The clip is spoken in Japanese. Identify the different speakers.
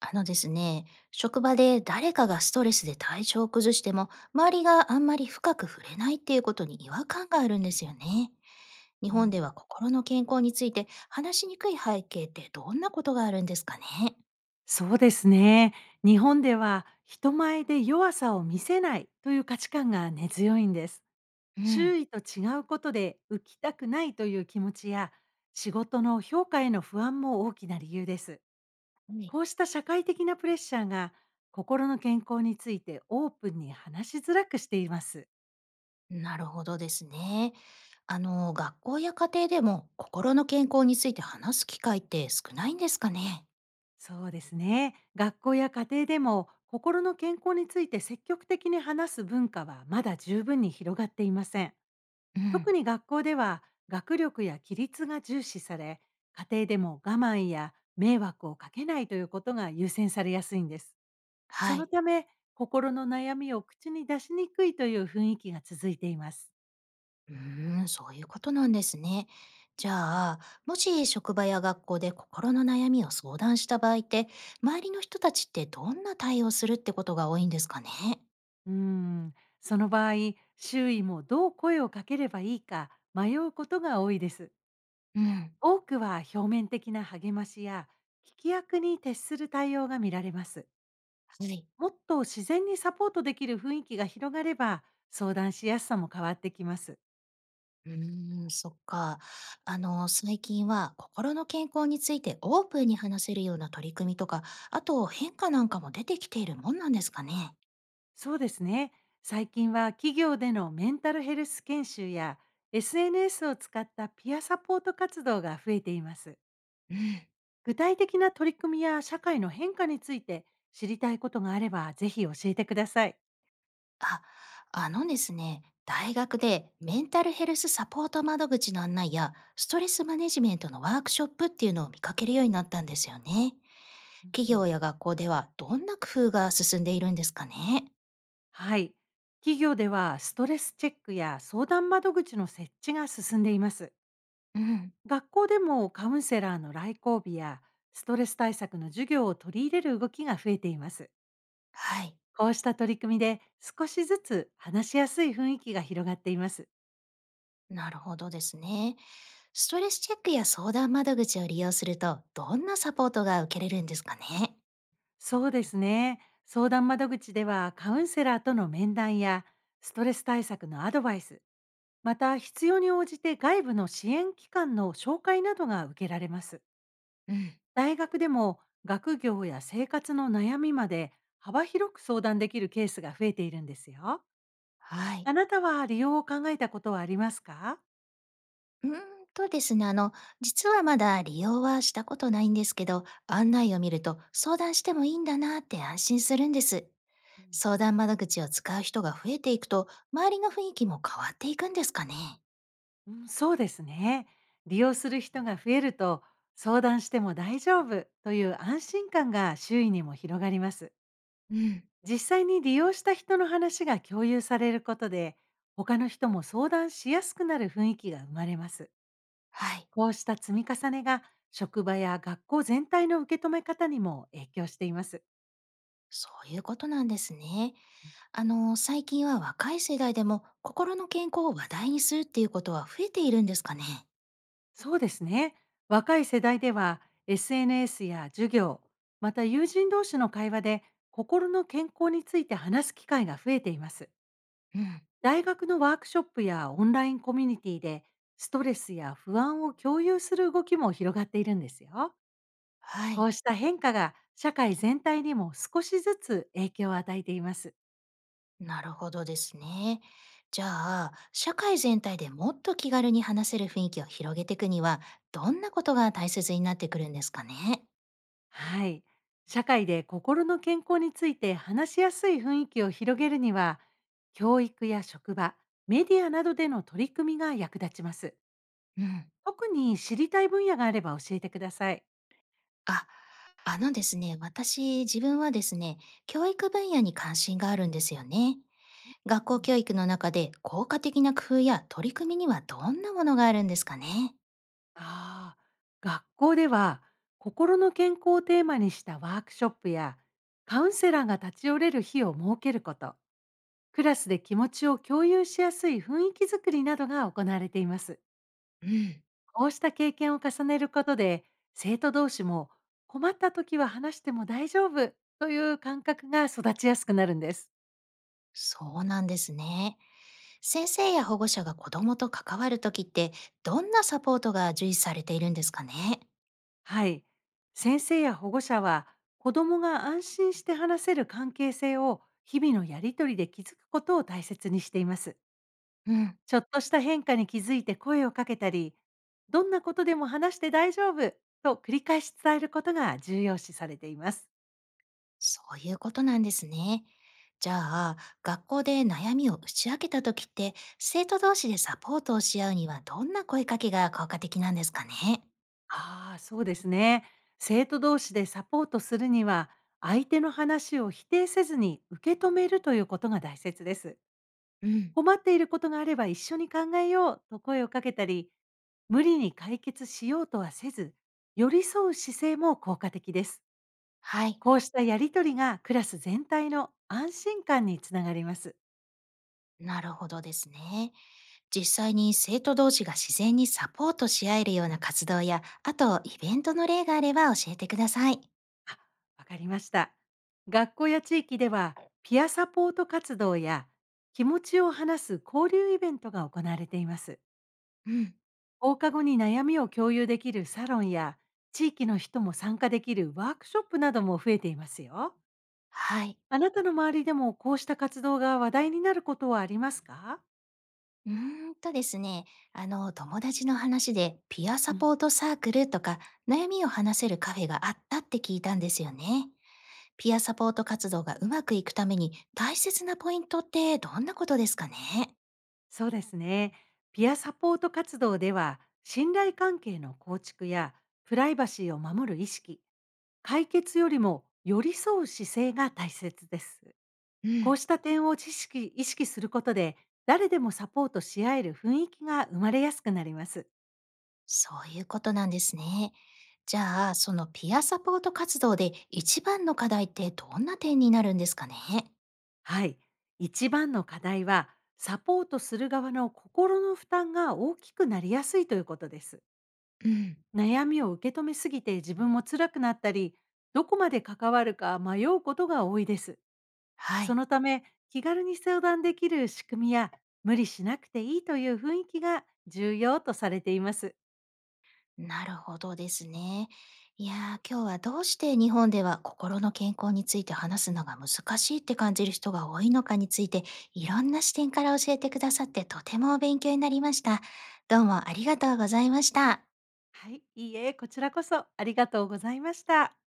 Speaker 1: あのですね、職場で誰かがストレスで体調を崩しても、周りがあんまり深く触れないっていうことに違和感があるんですよね。日
Speaker 2: う
Speaker 1: 本
Speaker 2: ん、
Speaker 1: では心の健康について話しにくい背景ってどんなことがあるんですかね？
Speaker 2: そうですね。日本では人前で弱さを見せないという価値観が根強いんです。
Speaker 1: うん。
Speaker 2: 周囲と違うことで浮きたくないという気持ちや仕事の評価への不安も大きな理由です。
Speaker 1: はい、
Speaker 2: こうした社会的なプレッシャーが心の健康についてオープンに話しづらくしています。
Speaker 1: なるほどですね。学校や家庭でも心の健康について話す機会って少ないんですかね？
Speaker 2: そうですね。学校や家庭でも心の健康について積極的に話す文化はまだ十分に広がっていません。
Speaker 1: う
Speaker 2: 特
Speaker 1: ん。
Speaker 2: に学校では学力や規律が重視され、家庭でも我慢や迷惑をかけないということが優先されやすいんです。そ
Speaker 1: は
Speaker 2: の
Speaker 1: い。
Speaker 2: ため、心の悩みを口に出しにくいという雰囲気が続いています。
Speaker 1: うーん、そういうことなんですね。じゃあ、もし職場や学校で心の悩みを相談した場合って、周りの人たちってどんな対応するってことが多いんですかね？
Speaker 2: うーん、その場合、周囲もどう声をかければいいか迷うことが多いです。
Speaker 1: うん。
Speaker 2: 多くは表面的な励ましや聞き役に徹する対応が見られます。
Speaker 1: はい。
Speaker 2: もっと自然にサポートできる雰囲気が広がれば、相談しやすさも変わってきます。
Speaker 1: うーん、そっか。最近は心の健康についてオープンに話せるような取り組みとか、あと変化なんかも出てきているもんなんですかね？
Speaker 2: そうですね。最近は企業でのメンタルヘルス研修や SNS を使ったピアサポート活動が増えています。
Speaker 1: うん。
Speaker 2: 具体的な取り組みや社会の変化について知りたいことがあればぜひ教えてください。
Speaker 1: あ、あのですね、大学でメンタルヘルスサポート窓口の案内やストレスマネジメントのワークショップっていうのを見かけるようになったんですよね。
Speaker 2: うん
Speaker 1: 企
Speaker 2: うん、
Speaker 1: 業や学校ではどんな工夫が進んでいるんですかね？
Speaker 2: はい。企業ではストレスチェックや相談窓口の設置が進んでいます。
Speaker 1: うん。
Speaker 2: 学校でもカウンセラーの来校日やストレス対策の授業を取り入れる動きが増えています。
Speaker 1: はい。
Speaker 2: こうした取り組みで少しずつ話しやすい雰囲気が広がっています。
Speaker 1: なるほどですね。ストレスチェックや相談窓口を利用するとどんなサポートが受けれるんですかね？
Speaker 2: そうですね。相談窓口ではカウンセラーとの面談やストレス対策のアドバイス、また必要に応じて外部の支援機関の紹介などが受けられます。
Speaker 1: うん。
Speaker 2: 大学でも学業や生活の悩みまで幅広く相談できるケースが増えているんですよ。
Speaker 1: はい。
Speaker 2: あなたは利用を考えたことはありますか？
Speaker 1: うーんとですね、あの、実はまだ利用はしたことないんですけど、案内を見ると相談してもいいんだなって安心するんです。
Speaker 2: うん。
Speaker 1: 相談窓口を使う人が増えていくと、周りの雰囲気も変わっていくんですかね？
Speaker 2: うん、そうですね。利用する人が増えると、相談しても大丈夫という安心感が周囲にも広がります。
Speaker 1: うん、
Speaker 2: 実際に利用した人の話が共有されることで、他の人も相談しやすくなる雰囲気が生まれます。
Speaker 1: はい、
Speaker 2: こうした積み重ねが職場や学校全体の受け止め方にも影響しています。
Speaker 1: そういうことなんですね。最近は若い世代でも心の健康を話題にするっていうことは増えているんですかね？
Speaker 2: そうですね。若い世代では SNS や授業、また友人同士の会話で心の健康について話す機会が増えています。
Speaker 1: うん、
Speaker 2: 大学のワークショップやオンラインコミュニティでストレスや不安を共有する動きも広がっているんですよ。
Speaker 1: は
Speaker 2: こ
Speaker 1: い。
Speaker 2: うした変化が社会全体にも少しずつ影響を与えています。
Speaker 1: なるほどですね。じゃあ、社会全体でもっと気軽に話せる雰囲気を広げていくには、どんなことが大切になってくるんですかね？
Speaker 2: はい。社会で心の健康について話しやすい雰囲気を広げるには、教育や職場、メディアなどでの取り組みが役立ちます。
Speaker 1: うん。
Speaker 2: 特に知りたい分野があれば教えてください。
Speaker 1: あ、あのですね、私、自分はですね、教育分野に関心があるんですよね。
Speaker 2: う
Speaker 1: 学校教
Speaker 2: ん、
Speaker 1: 育の中で効果的な工夫や取り組みにはどんなものがあるんですかね？
Speaker 2: ああ、学校では心の健康をテーマにしたワークショップやカウンセラーが立ち寄れる日を設けること、クラスで気持ちを共有しやすい雰囲気づくりなどが行われています。
Speaker 1: うん。
Speaker 2: こうした経験を重ねることで、生徒同士も困った時は話しても大丈夫という感覚が育ちやすくなるんです。
Speaker 1: そうなんですね。先生や保護者が子供と関わるときって、どんなサポートが重視されているんですかね？
Speaker 2: はい。先生や保護者は子どもが安心して話せる関係性を日々のやりとりで築くことを大切にしています。
Speaker 1: うん。
Speaker 2: ちょっとした変化に気づいて声をかけたり、どんなことでも話して大丈夫と繰り返し伝えることが重要視されています。
Speaker 1: そういうことなんですね。じゃあ、学校で悩みを打ち明けた時って、生徒同士でサポートをし合うにはどんな声かけが効果的なんですかね？
Speaker 2: ああ、そうですね。生徒同士でサポートするには、相手の話を否定せずに受け止めるということが大切です。
Speaker 1: うん。
Speaker 2: 困っていることがあれば一緒に考えようと声をかけたり、無理に解決しようとはせず、寄り添う姿勢も効果的です。
Speaker 1: はい。
Speaker 2: こうしたやりとりがクラス全体の安心感につながります。
Speaker 1: なるほどですね。実際に生徒同士が自然にサポートし合えるような活動や、あとイベントの例があれば教えてください。
Speaker 2: あ、わかりました。学校や地域では、ピアサポート活動や気持ちを話す交流イベントが行われています。
Speaker 1: うん。
Speaker 2: 放課後に悩みを共有できるサロンや、地域の人も参加できるワークショップなども増えていますよ。
Speaker 1: はい。
Speaker 2: あなたの周りでもこうした活動が話題になることはありますか？
Speaker 1: うーんとですね、あの、友達の話でピア
Speaker 2: う
Speaker 1: サ
Speaker 2: ん、
Speaker 1: ポートサークルとか悩みを話せるカフェがあったって聞いたんですよね。ピアサポート活動がうまくいくために大切なポイントってどんなことですかね？
Speaker 2: そうですね。ピアサポート活動では、信頼関係の構築やプライバシーを守る意識、解決よりも寄り添う姿勢が大切です。
Speaker 1: う
Speaker 2: こう
Speaker 1: ん。
Speaker 2: した点を知識意識することで、誰でもサポートし合える雰囲気が生まれやすくなります。
Speaker 1: そういうことなんですね。じゃあ、そのピアサポート活動で一番の課題ってどんな点になるんですかね？
Speaker 2: はい。一番の課題は、サポートする側の心の負担が大きくなりやすいということです。
Speaker 1: うん。
Speaker 2: 悩みを受け止めすぎて自分も辛くなったり、どこまで関わるか迷うことが多いです。
Speaker 1: は
Speaker 2: そ
Speaker 1: い。
Speaker 2: のため、気軽に相談できる仕組みや、無理しなくていいという雰囲気が重要とされています。
Speaker 1: なるほどですね。いやー、今日はどうして日本では心の健康について話すのが難しいって感じる人が多いのかについて、いろんな視点から教えてくださってとても勉強になりました。どうもありがとうございました。
Speaker 2: はい、いいえ、こちらこそありがとうございました。